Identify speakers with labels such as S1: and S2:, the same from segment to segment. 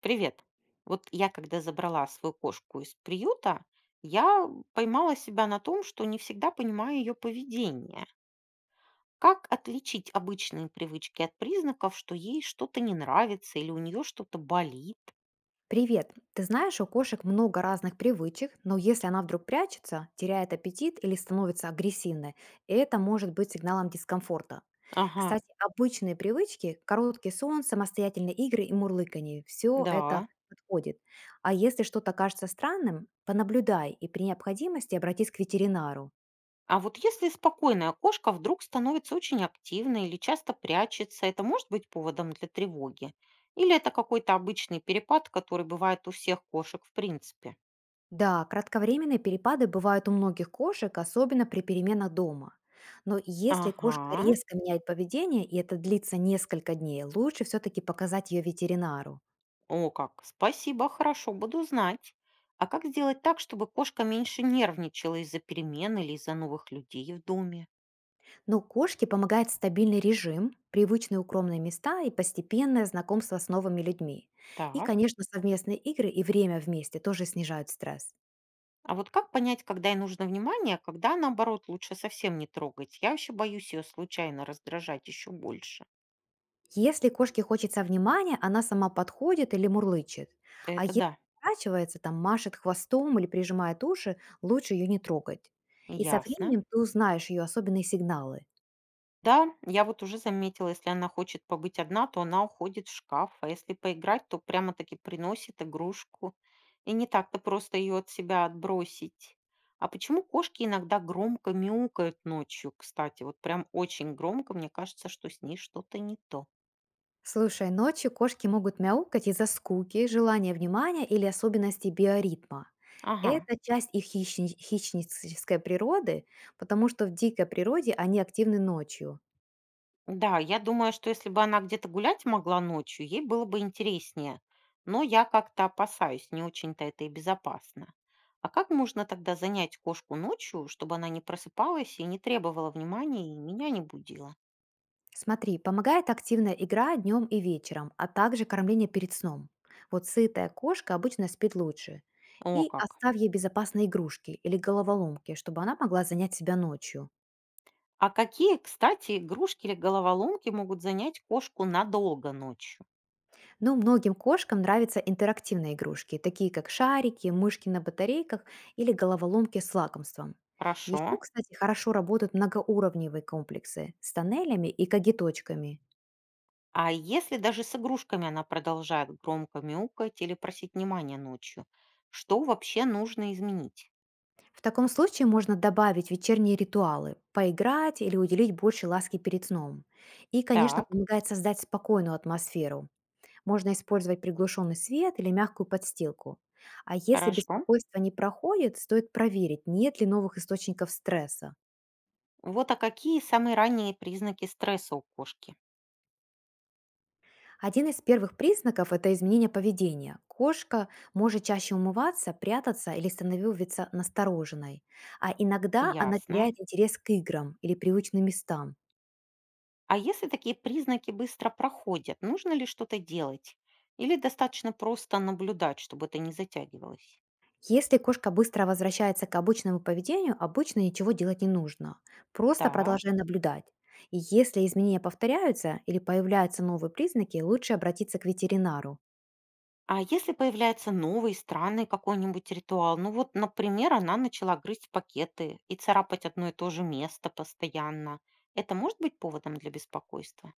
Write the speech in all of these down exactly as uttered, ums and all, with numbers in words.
S1: Привет. Вот я, когда забрала свою кошку из приюта, я поймала себя на том, что не всегда понимаю ее поведение. Как отличить обычные привычки от признаков, что ей что-то не нравится или у нее что-то болит?
S2: Привет! Ты знаешь, у кошек много разных привычек, но если она вдруг прячется, теряет аппетит или становится агрессивной, это может быть сигналом дискомфорта.
S1: Ага,
S2: Кстати, обычные привычки, короткий сон, самостоятельные игры и мурлыканье– все это
S1: да.
S2: подходит. А если что-то кажется странным, понаблюдай и при необходимости обратись к ветеринару.
S1: А вот если спокойная кошка вдруг становится очень активной или часто прячется, это может быть поводом для тревоги? Или это какой-то обычный перепад, который бывает у всех кошек в принципе?
S2: Да, кратковременные перепады бывают у многих кошек, особенно при переменах дома. Но если кошка
S1: Ага.
S2: резко меняет поведение, и это длится несколько дней, лучше все-таки показать ее ветеринару.
S1: О, как. Спасибо, хорошо, буду знать. А как сделать так, чтобы кошка меньше нервничала из-за перемен или из-за новых людей в доме?
S2: Но кошке помогает стабильный режим, привычные укромные места и постепенное знакомство с новыми людьми. И,
S1: Так.
S2: конечно, совместные игры и время вместе тоже снижают стресс.
S1: А вот как понять, когда ей нужно внимание, а когда, наоборот, лучше совсем не трогать? Я вообще боюсь ее случайно раздражать еще больше.
S2: Если кошке хочется внимания, она сама подходит или мурлычет. А
S1: Это
S2: если
S1: да.
S2: поворачивается, там машет хвостом или прижимает уши, лучше ее не трогать. И со
S1: Ясно.
S2: временем ты узнаешь ее особенные сигналы.
S1: Да, я вот уже заметила, если она хочет побыть одна, то она уходит в шкаф, а если поиграть, то прямо-таки приносит игрушку. И не так-то просто ее от себя отбросить. А почему кошки иногда громко мяукают ночью, кстати? Вот прям очень громко, мне кажется, что с ней что-то не то.
S2: Слушай, ночью кошки могут мяукать из-за скуки, желания внимания или особенностей биоритма.
S1: Ага.
S2: Это часть их хищни- хищнической природы, потому что в дикой природе они активны ночью.
S1: Да, я думаю, что если бы она где-то гулять могла ночью, ей было бы интереснее. Но я как-то опасаюсь, не очень-то это и безопасно. А как можно тогда занять кошку ночью, чтобы она не просыпалась и не требовала внимания и меня не будила?
S2: Смотри, помогает активная игра днем и вечером, а также кормление перед сном. Вот сытая кошка обычно спит лучше.
S1: О
S2: И
S1: как.
S2: оставь ей безопасные игрушки или головоломки, чтобы она могла занять себя ночью.
S1: А какие, кстати, игрушки или головоломки могут занять кошку надолго ночью?
S2: Но многим кошкам нравятся интерактивные игрушки, такие как шарики, мышки на батарейках или головоломки с лакомством.
S1: Хорошо.
S2: Еще, кстати, хорошо работают многоуровневые комплексы с тоннелями и когиточками.
S1: А если даже с игрушками она продолжает громко мяукать или просить внимания ночью, что вообще нужно изменить?
S2: В таком случае можно добавить вечерние ритуалы, поиграть или уделить больше ласки перед сном. И, конечно,
S1: Так.
S2: помогает создать спокойную атмосферу. Можно использовать приглушенный свет или мягкую подстилку. А если
S1: Хорошо.
S2: беспокойство не проходит, стоит проверить, нет ли новых источников стресса.
S1: Вот а какие самые ранние признаки стресса у кошки?
S2: Один из первых признаков– это изменение поведения. Кошка может чаще умываться, прятаться или становиться настороженной. А иногда она
S1: Ясно.
S2: теряет интерес к играм или привычным местам.
S1: А если такие признаки быстро проходят, нужно ли что-то делать? Или достаточно просто наблюдать, чтобы это не затягивалось?
S2: Если кошка быстро возвращается к обычному поведению, обычно ничего делать не нужно. Просто
S1: Так.
S2: продолжай наблюдать. И если изменения повторяются или появляются новые признаки, лучше обратиться к ветеринару.
S1: А если появляется новый, странный какой-нибудь ритуал? Ну вот, например, она начала грызть пакеты и царапать одно и то же место постоянно. Это может быть поводом для беспокойства?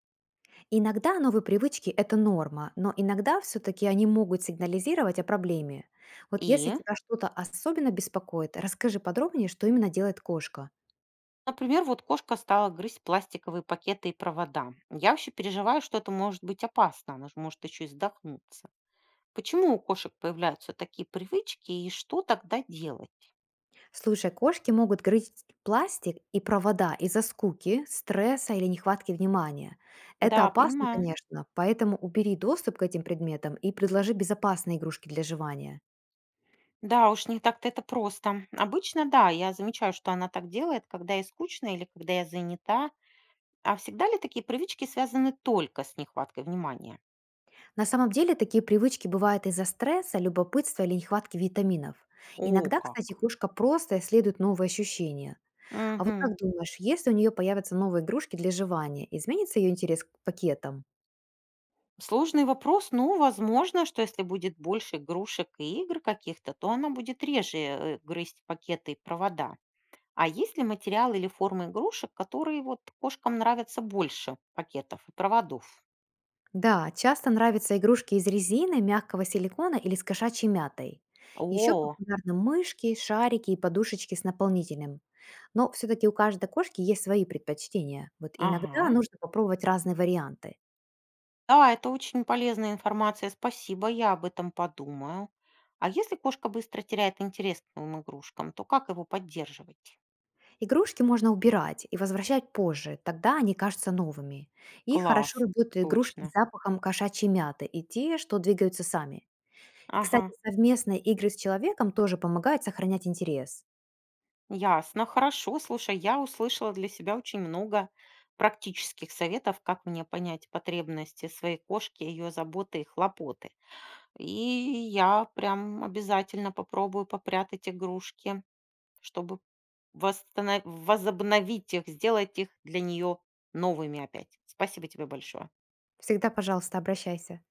S2: Иногда новые привычки– это норма, но иногда все-таки они могут сигнализировать о проблеме. Вот если
S1: И?
S2: тебя что-то особенно беспокоит, расскажи подробнее, что именно делает кошка.
S1: Например, вот кошка стала грызть пластиковые пакеты и провода. Я вообще переживаю, что это может быть опасно, она же может еще и задохнуться. Почему у кошек появляются такие привычки и что тогда делать?
S2: Слушай, кошки могут грызть пластик и провода из-за скуки, стресса или нехватки внимания. Это
S1: Да,
S2: опасно,
S1: понимаю.
S2: конечно, поэтому убери доступ к этим предметам и предложи безопасные игрушки для жевания.
S1: Да, уж не так-то это просто. Обычно, да, я замечаю, что она так делает, когда ей скучно или когда я занята. А всегда ли такие привычки связаны только с нехваткой внимания?
S2: На самом деле такие привычки бывают из-за стресса, любопытства или нехватки витаминов.
S1: О,
S2: Иногда,
S1: как.
S2: кстати, кошка просто исследует новые ощущения. А вот
S1: Мгм.
S2: как думаешь, если у нее появятся новые игрушки для жевания, изменится ее интерес к пакетам?
S1: Сложный вопрос. Ну, возможно, что если будет больше игрушек и игр каких-то, то она будет реже э, грызть пакеты и провода. А есть ли материалы или формы игрушек, которые вот кошкам нравятся больше пакетов и проводов?
S2: Да, часто нравятся игрушки из резины, мягкого силикона или с кошачьей мятой. Еще
S1: О,
S2: популярны мышки, шарики и подушечки с наполнителем. Но все-таки у каждой кошки есть свои предпочтения. Вот иногда
S1: ага.
S2: нужно попробовать разные варианты.
S1: Да, это очень полезная информация. Спасибо, я об этом подумаю. А если кошка быстро теряет интерес к новым игрушкам, то как его поддерживать?
S2: Игрушки можно убирать и возвращать позже, тогда они кажутся новыми. И хорошо
S1: Класс,
S2: работают игрушки с
S1: точно.
S2: запахом кошачьей мяты и те, что двигаются сами. И, кстати,
S1: Ага.
S2: совместные игры с человеком тоже помогают сохранять интерес.
S1: Ясно, хорошо. Слушай, я услышала для себя очень много практических советов, как мне понять потребности своей кошки, ее заботы и хлопоты. И я прям обязательно попробую попрятать игрушки, чтобы восстанов- возобновить их, сделать их для нее новыми опять. Спасибо тебе большое.
S2: Всегда, пожалуйста, обращайся.